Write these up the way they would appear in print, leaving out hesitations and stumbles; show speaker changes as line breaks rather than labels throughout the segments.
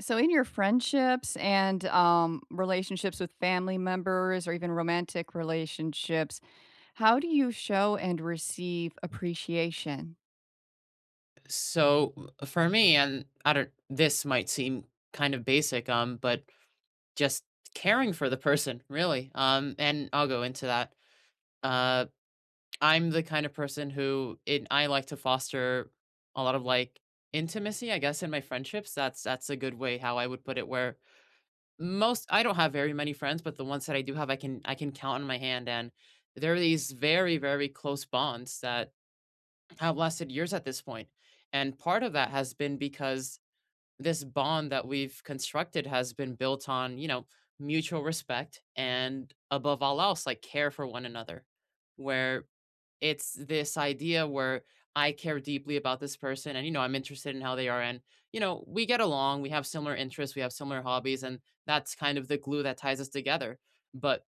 So in your friendships and relationships with family members or even romantic relationships, how do you show and receive appreciation?
So for me, and I don't, this might seem kind of basic, but just caring for the person, really. And I'll go into that. Uh, I'm the kind of person who I like to foster a lot of like intimacy, I guess, in my friendships. That's a good way how I would put it. Where most I don't have very many friends, but the ones that I do have, I can count on my hand, and there are these very close bonds that have lasted years at this point. And part of that has been because this bond that we've constructed has been built on, you know, mutual respect and above all else, like care for one another. Where it's this idea where I care deeply about this person and, you know, I'm interested in how they are. And, you know, we get along, we have similar interests, we have similar hobbies, and that's kind of the glue that ties us together. But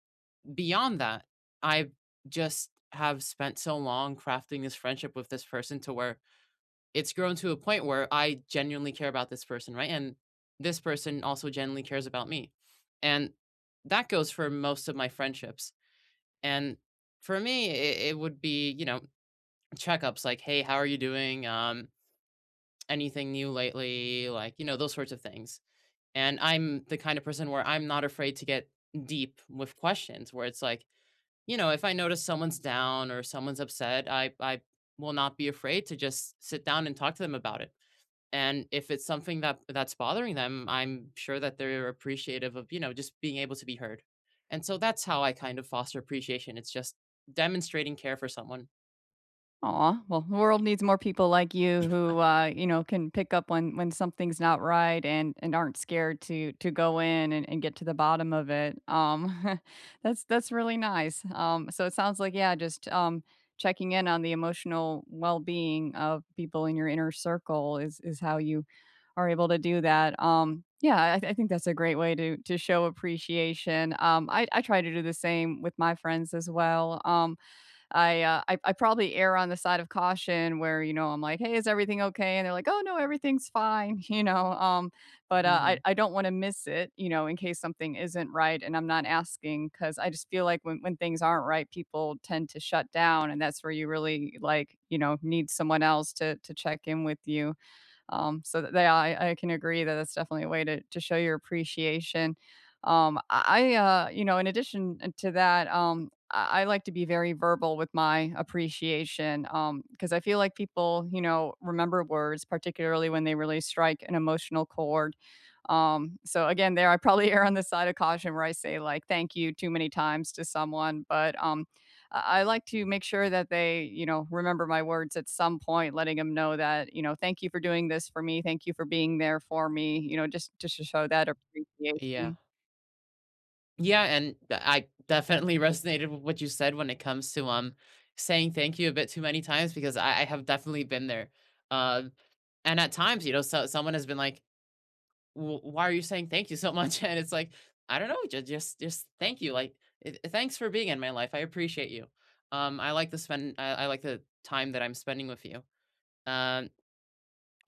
beyond that, I just have spent so long crafting this friendship with this person to where it's grown to a point where I genuinely care about this person, right? And this person also genuinely cares about me. And that goes for most of my friendships. And for me, it would be, you know, checkups like, hey, how are you doing? Anything new lately? Like, you know, those sorts of things. And I'm the kind of person where I'm not afraid to get deep with questions where it's like, you know, if I notice someone's down or someone's upset, I will not be afraid to just sit down and talk to them about it and if it's something that's bothering them, I'm sure that they're appreciative of, you know, just being able to be heard. And so that's how I kind of foster appreciation. It's just demonstrating care for someone.
Aw, well, the world needs more people like you who, you know, can pick up when something's not right and aren't scared to go in and get to the bottom of it. That's really nice. So it sounds like, yeah, just, checking in on the emotional well-being of people in your inner circle is how you are able to do that. Yeah, I think that's a great way to show appreciation. I try to do the same with my friends as well. I probably err on the side of caution where, you know, I'm like, "Hey, is everything okay?" And they're like, "Oh, no, everything's fine," you know, but, I
hmm
I don't wanna miss it, you know, in case something isn't right and I'm not asking because I just feel like when things aren't right, people tend to shut down, and that's where you really, like, you know, need someone else to check in with you. So that I can agree that that's definitely a way to show your appreciation. You know, in addition to that, I like to be very verbal with my appreciation because I feel like people, you know, remember words, particularly when they really strike an emotional chord. So again, there I probably err on the side of caution where I say like "thank you" too many times to someone, but I like to make sure that they, you know, remember my words at some point, letting them know that, you know, thank you for doing this for me. Thank you for being there for me, you know, just to show that
Yeah.
appreciation.
Yeah, and I definitely resonated with what you said when it comes to saying thank you a bit too many times because I have definitely been there. Um, and at times, you know, someone has been like, Why are you saying thank you so much?" And it's like, I don't know, just thank you. Like, thanks for being in my life. I appreciate you. I like to I like the time that I'm spending with you. Um,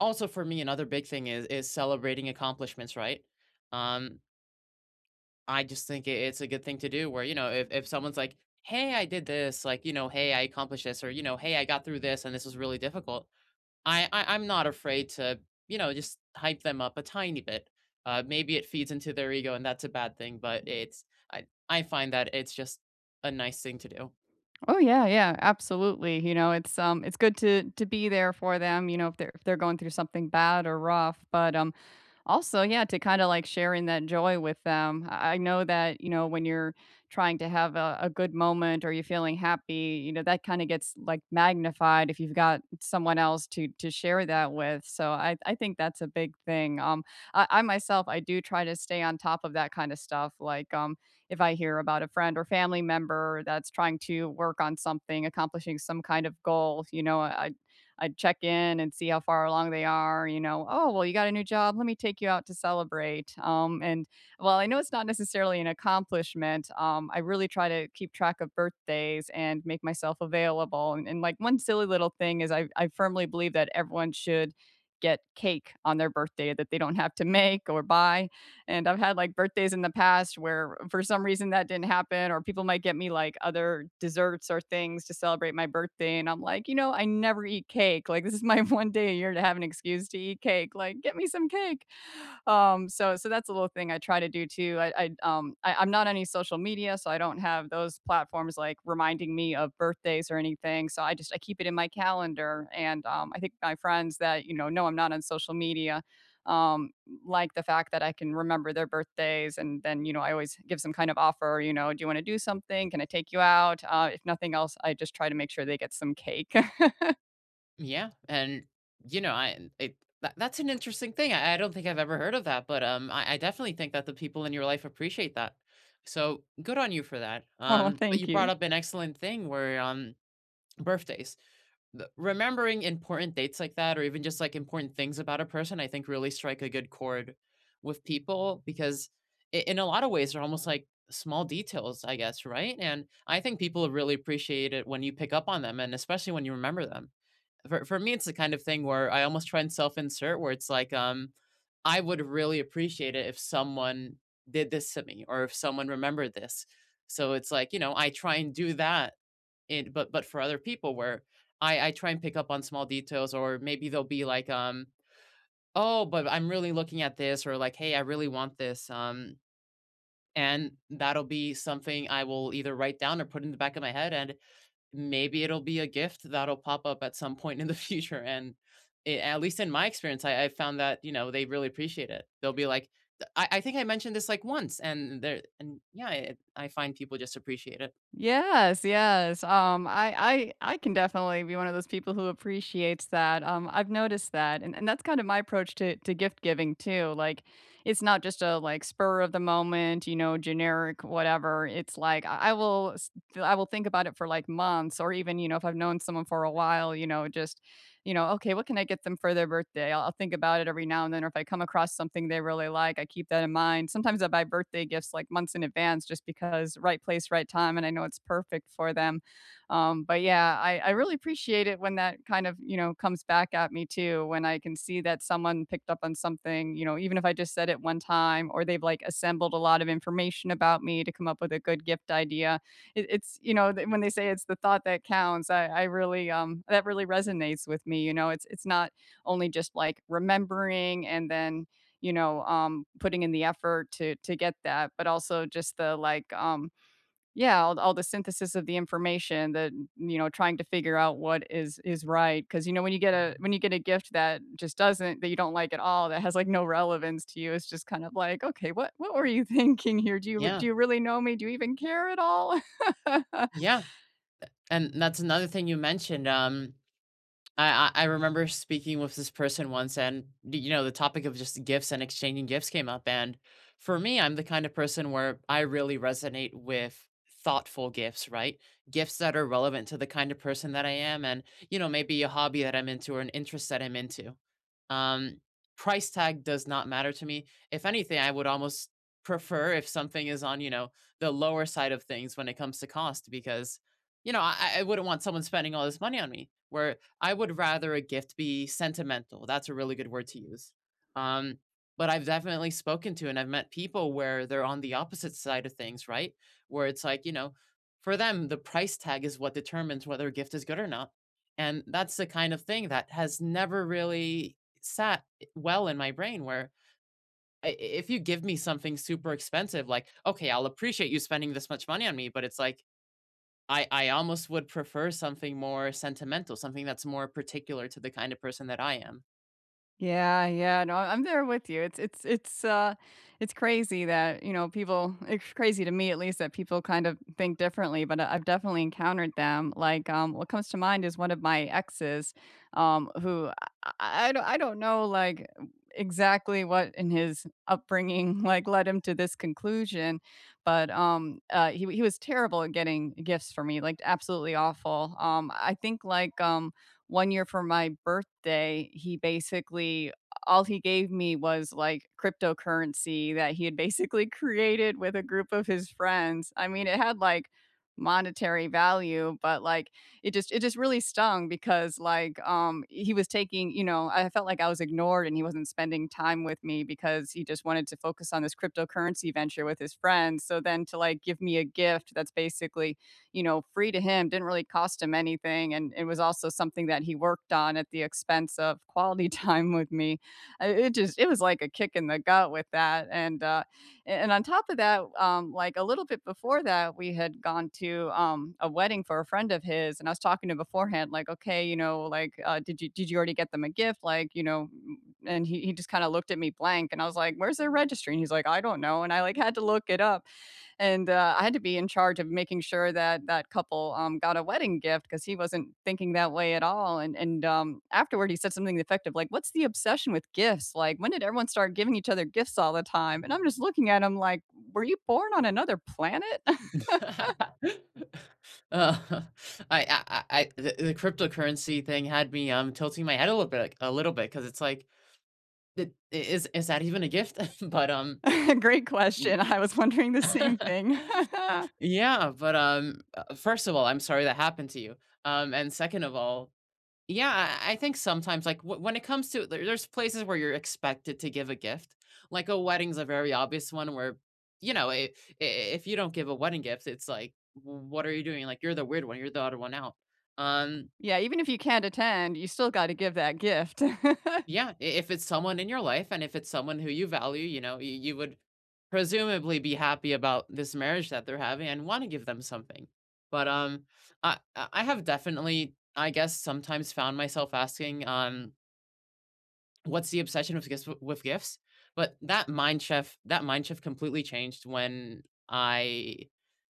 Also for me, another big thing is celebrating accomplishments, right? Um, I just think it's a good thing to do. Where you know, if someone's like, hey, I did this, like you know, hey, I accomplished this, or you know, hey, I got through this, and this was really difficult. I'm not afraid to, you know, just hype them up a tiny bit. Maybe it feeds into their ego, and that's a bad thing. But it's I find that it's just a nice thing to do.
Oh yeah, yeah, absolutely. You know, it's it's good to be there for them, you know, if they're going through something bad or rough, but also, yeah, to kind of like sharing that joy with them. I know that, you know, when you're trying to have a good moment or you're feeling happy, you know, that kind of gets like magnified if you've got someone else to share that with. So I think that's a big thing. I myself, I do try to stay on top of that kind of stuff. Like, if I hear about a friend or family member that's trying to work on something, accomplishing some kind of goal, you know, I'd check in and see how far along they are, you know, "Oh, well, you got a new job. Let me take you out to celebrate." And while I know it's not necessarily an accomplishment, I really try to keep track of birthdays and make myself available. And like one silly little thing is I firmly believe that everyone should get cake on their birthday that they don't have to make or buy. And I've had like birthdays in the past where for some reason that didn't happen, or people might get me like other desserts or things to celebrate my birthday. And I'm like, you know, I never eat cake. Like, this is my one day a year to have an excuse to eat cake. Like, get me some cake. So that's a little thing I try to do too. I'm not on any social media, so I don't have those platforms like reminding me of birthdays or anything. So I just I keep it in my calendar, and I think my friends that you know I'm not on social media um like the fact that I can remember their birthdays, and then, you know, I always give some kind of offer. You know, do you want to do something? Can I take you out? If nothing else, I just try to make sure they get some cake.
Yeah, and you know, I it that's an interesting thing. I don't think I've ever heard of that, but I definitely think that the people in your life appreciate that. So good on you for that.
Oh,
But you
thank
brought
you.
up an excellent thing where birthdays. The remembering important dates like that or even just like important things about a person, I think, really strike a good chord with people because I in a lot of ways they're almost like small details, I guess, right? And I think people really appreciate it when you pick up on them and especially when you remember them. For me it's the kind of thing where I almost try and self-insert where it's like I would really appreciate it if someone did this to me or if someone remembered this, so it's like you know I try and do that. It But for other people where I try and pick up on small details, or maybe they'll be like, "Oh, but I'm really looking at this," or like, "Hey, I really want this." And that'll be something I will either write down or put in the back of my head, and maybe it'll be a gift that'll pop up at some point in the future. And at least in my experience, I found that you know they really appreciate it. They'll be like, "I think I mentioned this like once," and they're and yeah, I find people just appreciate it.
Yes, yes. I can definitely be one of those people who appreciates that. I've noticed that, and that's kind of my approach to gift giving too. Like, it's not just a like spur of the moment, you know, generic whatever. It's like I will think about it for like months, or even you know, if I've known someone for a while, you know, just you know, okay, what can I get them for their birthday? I'll think about it every now and then. Or if I come across something they really like, I keep that in mind. Sometimes I buy birthday gifts like months in advance just because right place, right time, and I know it's perfect for them. But yeah, I really appreciate it when that kind of, you know, comes back at me too, when I can see that someone picked up on something, you know, even if I just said it one time or they've like assembled a lot of information about me to come up with a good gift idea. It, it's you know when they say it's the thought that counts, I really that really resonates with me. You know, it's not only just like remembering, and then you know putting in the effort to get that, but also just the like yeah, all the synthesis of the information that, you know, trying to figure out what is right. Because you know, when you get a gift that just doesn't that you don't like at all, that has, like, no relevance to you, it's just kind of like, "Okay, what were you thinking here? Do you
Yeah,
do you really know me? Do you even care at all?"
yeah. And that's another thing you mentioned. I remember speaking with this person once, and you know, the topic of just gifts and exchanging gifts came up. And for me, I'm the kind of person where I really resonate with thoughtful gifts, right? Gifts that are relevant to the kind of person that I am, and you know, maybe a hobby that I'm into or an interest that I'm into. Um, Price tag does not matter to me. If anything, I would almost prefer if something is on you know the lower side of things when it comes to cost, because you know, I wouldn't want someone spending all this money on me. Where I would rather a gift be sentimental. That's a really good word to use. Um, but I've definitely spoken to and I've met people where they're on the opposite side of things, right? Where it's like, you know, for them, the price tag is what determines whether a gift is good or not. And that's the kind of thing that has never really sat well in my brain. Where if you give me something super expensive, like, okay, I'll appreciate you spending this much money on me, but it's like, I almost would prefer something more sentimental, something that's more particular to the kind of person that I am.
Yeah, yeah, no, I'm there with you. It's it's crazy that, you know, people it's crazy to me at least that people kind of think differently, but I've definitely encountered them. Like what comes to mind is one of my exes who, I don't know like exactly what in his upbringing like led him to this conclusion, but he was terrible at getting gifts for me, like absolutely awful. I think like one year for my birthday, he basically all he gave me was, like, cryptocurrency that he had basically created with a group of his friends. I mean, it had, like, monetary value, but, like, it just really stung because, like, he was taking you know, I felt like I was ignored and he wasn't spending time with me because he just wanted to focus on this cryptocurrency venture with his friends. So then to, like, give me a gift that's basically you know, free to him, didn't really cost him anything. And it was also something that he worked on at the expense of quality time with me. It just, it was like a kick in the gut with that. And on top of that, like a little bit before that, we had gone to a wedding for a friend of his, and I was talking to him beforehand, like, okay, you know, like, did you already get them a gift, like, you know, and he just kind of looked at me blank, and I was like, where's their registry? And he's like, I don't know, and I like had to look it up, and I had to be in charge of making sure that that couple got a wedding gift because he wasn't thinking that way at all. And afterward, he said something effective like, "What's the obsession with gifts? Like, when did everyone start giving each other gifts all the time?" And I'm just looking at him like, "Were you born on another planet?"
Uh, I The cryptocurrency thing had me, tilting my head a little bit, because it's like, "Did is that even a gift?" But,
Great
n
question. I was wondering the same thing.
yeah, first of all, I'm sorry that happened to you, and second of all, yeah, I think sometimes, like when it comes to there's places where you're expected to give a gift. Like a wedding's a very obvious one where, you know, if you don't give a wedding gift, it's like, What are you doing? Like you're the weird one, you're the odd one out." Um,
Yeah, even if you can't attend, you still got to give that gift.
yeah, if it's someone in your life and if it's someone who you value, you know, you would presumably be happy about this marriage that they're having and want to give them something. But I have definitely, I guess, sometimes found myself asking, what's the obsession with gifts? But that mind shift completely changed when I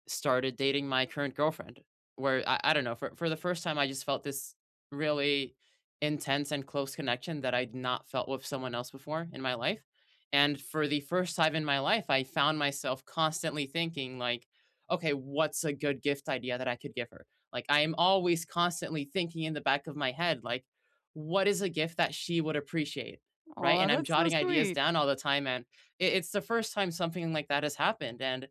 started dating my current girlfriend, where I don't know, for the first time I just felt this really intense and close connection that I'd not felt with someone else before in my life. And for the first time in my life I found myself constantly thinking like, okay, what's a good gift idea that I could give her? Like I am always constantly thinking in the back of my head like, what is a gift that she would appreciate, right?
Oh,
And I'm
that's so
jotting ideas
sweet.
down all the time. And it's the first time something like that has happened, and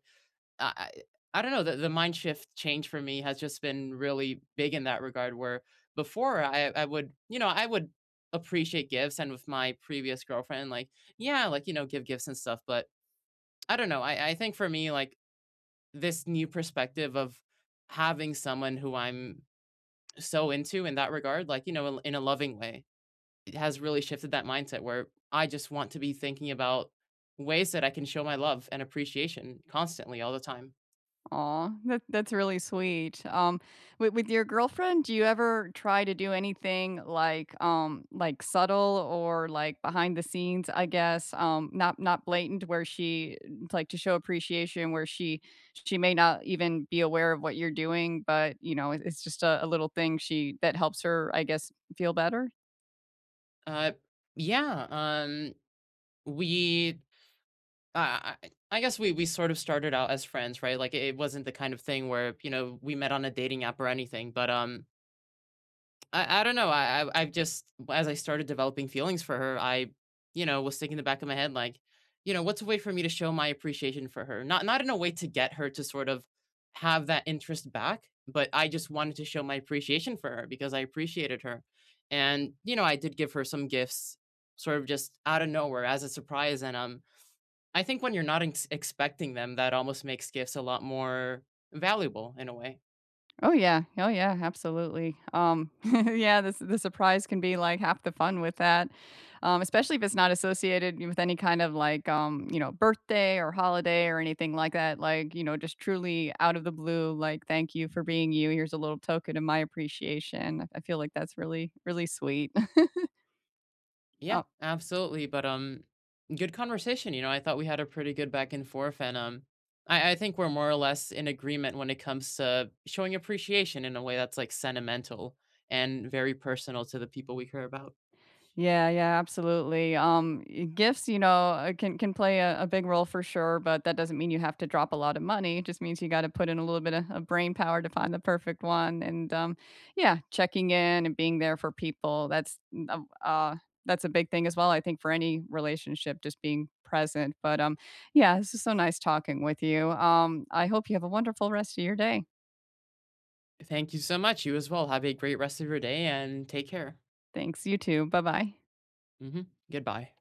I I I don't know, the mind shift change for me has just been really big in that regard, where before I would, you know, I would appreciate gifts and with my previous girlfriend, like, yeah, like, you know, give gifts and stuff. But I don't know. I think for me, like this new perspective of having someone who I'm so into in that regard, like, you know, in a loving way, it has really shifted that mindset where I just want to be thinking about ways that I can show my love and appreciation constantly all the time.
Aw, that that's really sweet. With your girlfriend, do you ever try to do anything like subtle or like behind the scenes, I guess, not not blatant where she like to show appreciation where she may not even be aware of what you're doing, but you know, it's just a little thing she that helps her, I guess, feel better?
Uh, yeah. We, I guess we sort of started out as friends, right? Like it wasn't the kind of thing where you know we met on a dating app or anything, but I don't know. I I've just As I started developing feelings for her, you know, was thinking in the back of my head like, you know, what's a way for me to show my appreciation for her? Not not in a way to get her to sort of have that interest back, but I just wanted to show my appreciation for her because I appreciated her. And, you know, I did give her some gifts sort of just out of nowhere as a surprise, and I think when you're not expecting them, that almost makes gifts a lot more valuable in a way.
Oh yeah. Oh yeah, absolutely. Yeah, this the surprise can be, like, half the fun with that, especially if it's not associated with any kind of, like, you know, birthday or holiday or anything like that, like, you know, just truly out of the blue, like, "Thank you for being you. Here's a little token of my appreciation." I feel like that's really, really sweet.
Yeah, absolutely. But good conversation. You know, I thought we had a pretty good back and forth, and I think we're more or less in agreement when it comes to showing appreciation in a way that's like sentimental and very personal to the people we care about.
Yeah, yeah, absolutely. Gifts, you know, can play a big role for sure, but that doesn't mean you have to drop a lot of money. It just means you got to put in a little bit of brain power to find the perfect one. And yeah, checking in and being there for people. That's a big thing as well. I think for any relationship, just being present. But yeah, this is so nice talking with you. I hope you have a wonderful rest of your day.
Thank you so much. You as well. Have a great rest of your day and take care.
Thanks. You too. Bye bye.
hmm Goodbye.